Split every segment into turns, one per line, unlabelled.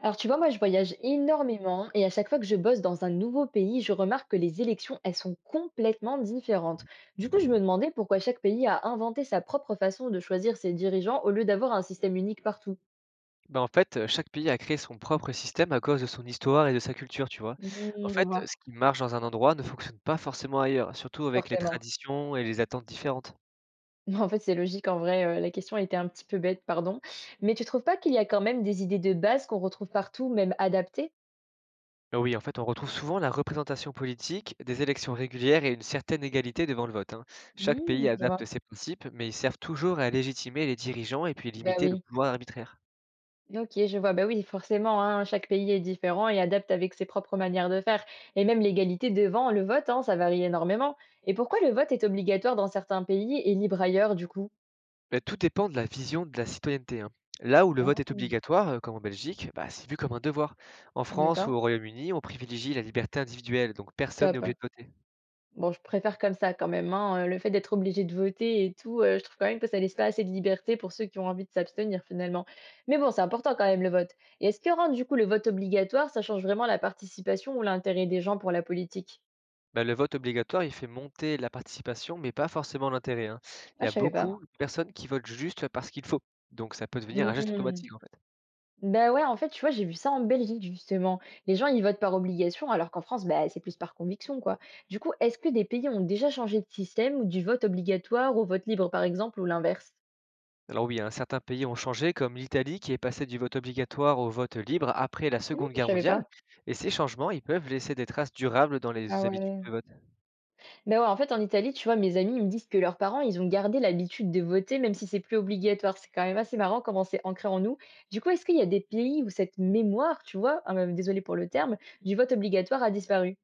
Alors tu vois, moi je voyage énormément et à chaque fois que je bosse dans un nouveau pays, je remarque que les élections, elles sont complètement différentes. Du coup, je me demandais pourquoi chaque pays a inventé sa propre façon de choisir ses dirigeants au lieu d'avoir un système unique partout.
Ben en fait, chaque pays a créé son propre système à cause de son histoire et de sa culture, tu vois? En
Hmm, je
fait,
vois,
ce qui marche dans un endroit ne fonctionne pas forcément ailleurs, surtout avec les
forcément.
traditions et les attentes différentes.
En fait, c'est logique en vrai, la question était un petit peu bête, pardon. Mais tu trouves pas qu'il y a quand même des idées de base qu'on retrouve partout, même adaptées?
Ah oui, en fait, on retrouve souvent la représentation politique, des élections régulières et une certaine égalité devant le vote, hein. Chaque pays
Hmm, je vois.
adapte ses principes, mais ils servent toujours à légitimer les dirigeants et puis
Bah
limiter le
oui.
pouvoir arbitraire.
OK, je vois. Bah oui, forcément, hein, chaque pays est différent et adapte avec ses propres manières de faire. Et même l'égalité devant le vote, hein, ça varie énormément. Et pourquoi le vote est obligatoire dans certains pays et libre ailleurs, du coup?
Beh, tout dépend de la vision de la citoyenneté, hein. Là où le vote
Ah,
est obligatoire, comme en Belgique, bah, c'est vu comme un devoir. En France ou
d'accord,
au Royaume-Uni, on privilégie la liberté individuelle, donc personne n'est obligé
top.
de voter.
Bon, je préfère comme ça quand même, hein, le fait d'être obligé de voter et tout, je trouve quand même que ça laisse pas assez de liberté pour ceux qui ont envie de s'abstenir finalement. Mais bon, c'est important quand même le vote. Et est-ce que rendre du coup le vote obligatoire, ça change vraiment la participation ou l'intérêt des gens pour la politique?
Bah, le vote obligatoire, il fait monter la participation, mais pas forcément l'intérêt, hein. Il
Ah,
y
je
a
savais pas.
beaucoup de personnes qui votent juste parce qu'il faut. Donc ça peut devenir un geste
Mmh.
automatique en fait.
Bah, ouais, en fait, tu vois, j'ai vu ça en Belgique, justement. Les gens, ils votent par obligation, alors qu'en France, bah, c'est plus par conviction, quoi. Du coup, est-ce que des pays ont déjà changé de système ou du vote obligatoire au vote libre, par exemple, ou l'inverse?
Alors oui, hein, certains pays ont changé, comme l'Italie qui est passée du vote obligatoire au vote libre après la
Mmh,
Seconde
je
Guerre
savais
mondiale,
pas.
et ces changements, ils peuvent laisser des traces durables dans
Ah
les habitudes
ouais.
de vote.
Bah, ouais, en fait, en Italie, tu vois, mes amis, ils me disent que leurs parents, ils ont gardé l'habitude de voter, même si c'est plus obligatoire. C'est quand même assez marrant comment c'est ancré en nous. Du coup, est-ce qu'il y a des pays où cette mémoire, tu vois, ah, bah, désolée pour le terme, du vote obligatoire a disparu?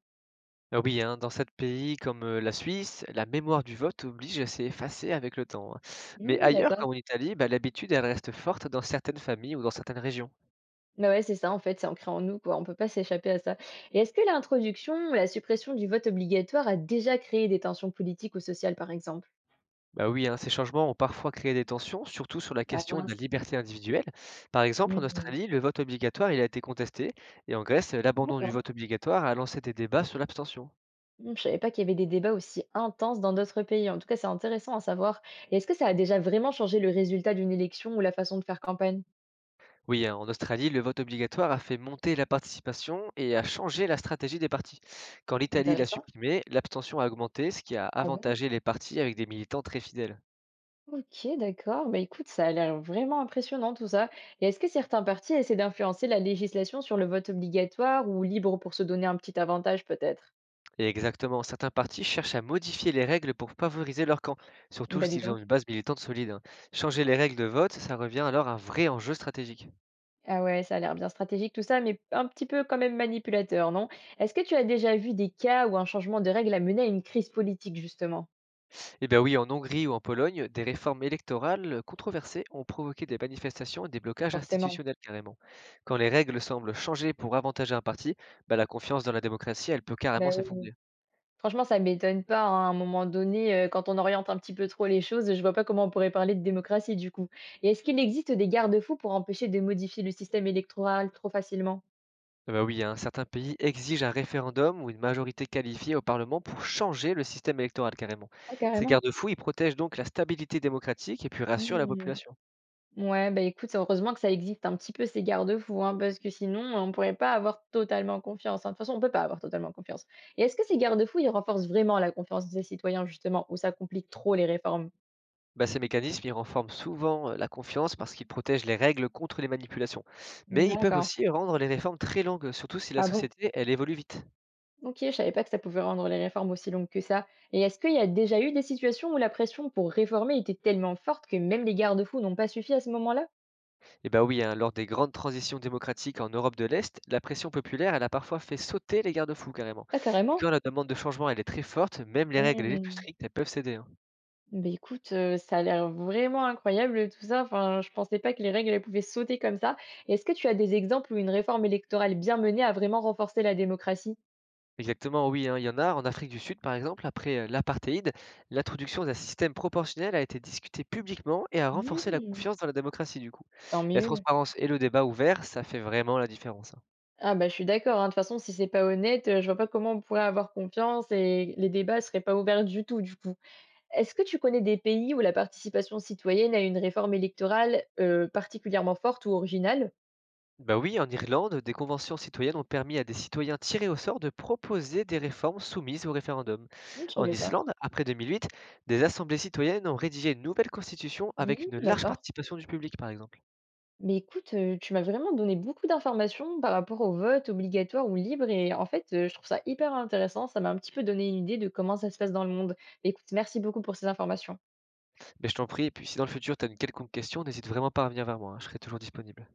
Ah oui, hein, dans certains pays comme la Suisse, la mémoire du vote oblige à s'effacer avec le temps, hein. Mais
Hmm,
ailleurs,
d'accord.
comme en Italie, bah, l'habitude, elle reste forte dans certaines familles ou dans certaines régions.
Bah ouais, c'est ça en fait, c'est ancré en nous quoi, on peut pas s'échapper à ça. Et est-ce que l'introduction ou la suppression du vote obligatoire a déjà créé des tensions politiques ou sociales par exemple?
Bah oui, hein, ces changements ont parfois créé des tensions, surtout sur la
Ah
question de la
mince.
liberté individuelle. Par exemple, en
Mhm.
Australie, le vote obligatoire, il a été contesté, et en Grèce, l'abandon du
D'accord.
vote obligatoire a lancé des débats sur l'abstention.
Je savais pas qu'il y avait des débats aussi intenses dans d'autres pays. En tout cas, c'est intéressant à savoir. Et est-ce que ça a déjà vraiment changé le résultat d'une élection ou la façon de faire campagne?
Oui, hein, en Australie, le vote obligatoire a fait monter la participation et a changé la stratégie des partis. Quand l'Italie l'a
Intéressant.
supprimé, l'abstention a augmenté, ce qui a
Ah bon?
avantagé les partis avec des militants très fidèles.
Ok, d'accord. Bah écoute, ça a l'air vraiment impressionnant tout ça. Et est-ce que certains partis essaient d'influencer la législation sur le vote obligatoire ou libre pour se donner un petit avantage peut-être?
Et exactement, certains partis cherchent à modifier les règles pour favoriser leur camp, surtout
Bah, dis
s'ils ont une
donc.
base militante solide, hein. Changer les règles de vote, ça revient alors à un vrai enjeu stratégique.
Ah ouais, ça a l'air bien stratégique tout ça, mais un petit peu quand même manipulateur, non? Est-ce que tu as déjà vu des cas où un changement de règle a mené à une crise politique justement?
Eh bien oui, en Hongrie ou en Pologne, des réformes électorales controversées ont provoqué des manifestations et des blocages
Forcément.
institutionnels carrément. Quand les règles semblent changer pour avantager un parti, bah, la confiance dans la démocratie, elle peut carrément
Bah, oui.
s'effondrer.
Franchement, ça m'étonne pas, hein, à un moment donné, quand on oriente un petit peu trop les choses, je vois pas comment on pourrait parler de démocratie du coup. Et est-ce qu'il existe des garde-fous pour empêcher de modifier le système électoral trop facilement?
Ah bah oui, hein, certains pays exigent un référendum ou une majorité qualifiée au Parlement pour changer le système électoral carrément.
Ah
Ces
carrément.
garde-fous, ils protègent donc la stabilité démocratique et puis rassurent la
Mmh.
population.
Ouais, bah, écoute, heureusement que ça existe un petit peu ces garde-fous, hein, parce que sinon, on pourrait pas avoir totalement confiance, hein. De toute façon, on peut pas avoir totalement confiance. Et est-ce que ces garde-fous, ils renforcent vraiment la confiance des citoyens, justement, ou ça complique trop les réformes?
Bah, ces mécanismes, ils renforcent souvent la confiance parce qu'ils protègent les règles contre les manipulations. Mais ils peuvent
D'accord.
aussi rendre les réformes très longues, surtout si la
Ah bon?
société, elle évolue vite.
Ok, je savais pas que ça pouvait rendre les réformes aussi longues que ça. Et est-ce qu'il y a déjà eu des situations où la pression pour réformer était tellement forte que même les garde-fous n'ont pas suffi à ce moment-là?
Et bah oui, hein, lors des grandes transitions démocratiques en Europe de l'Est, la pression populaire, elle a parfois fait sauter les garde-fous carrément.
Ah,
Et
carrément?
quand la demande de changement, elle est très forte, même les règles les plus strictes, elles peuvent céder, hein.
Ben écoute, ça a l'air vraiment incroyable tout ça. Enfin, je pensais pas que les règles, elles pouvaient sauter comme ça. Est-ce que tu as des exemples où une réforme électorale bien menée a vraiment renforcé la démocratie?
Exactement, oui, hein, il y en a. En Afrique du Sud, par exemple, après l'apartheid, l'introduction d'un système proportionnel a été discutée publiquement et a renforcé la
Mmh.
confiance dans la démocratie, du coup.
Tant
La
mieux.
transparence et le débat ouvert, ça fait vraiment la différence, hein.
Ah bah, je suis d'accord, hein. De toute façon, si c'est pas honnête, je vois pas comment on pourrait avoir confiance et les débats seraient pas ouverts du tout, du coup. Est-ce que tu connais des pays où la participation citoyenne a une réforme électorale, particulièrement forte ou originale?
Bah oui, en Irlande, des conventions citoyennes ont permis à des citoyens tirés au sort de proposer des réformes soumises au référendum.
Mmh, je
En
savais pas.
Islande, après 2008, des assemblées citoyennes ont rédigé une nouvelle constitution avec
Mmh,
une large
d'accord.
participation du public, par exemple.
Mais écoute, tu m'as vraiment donné beaucoup d'informations par rapport au vote obligatoire ou libre et en fait, je trouve ça hyper intéressant. Ça m'a un petit peu donné une idée de comment ça se passe dans le monde. Écoute, merci beaucoup pour ces informations.
Mais je t'en prie, et puis si dans le futur tu as une quelconque question, n'hésite vraiment pas à revenir vers moi, hein, je serai toujours disponible.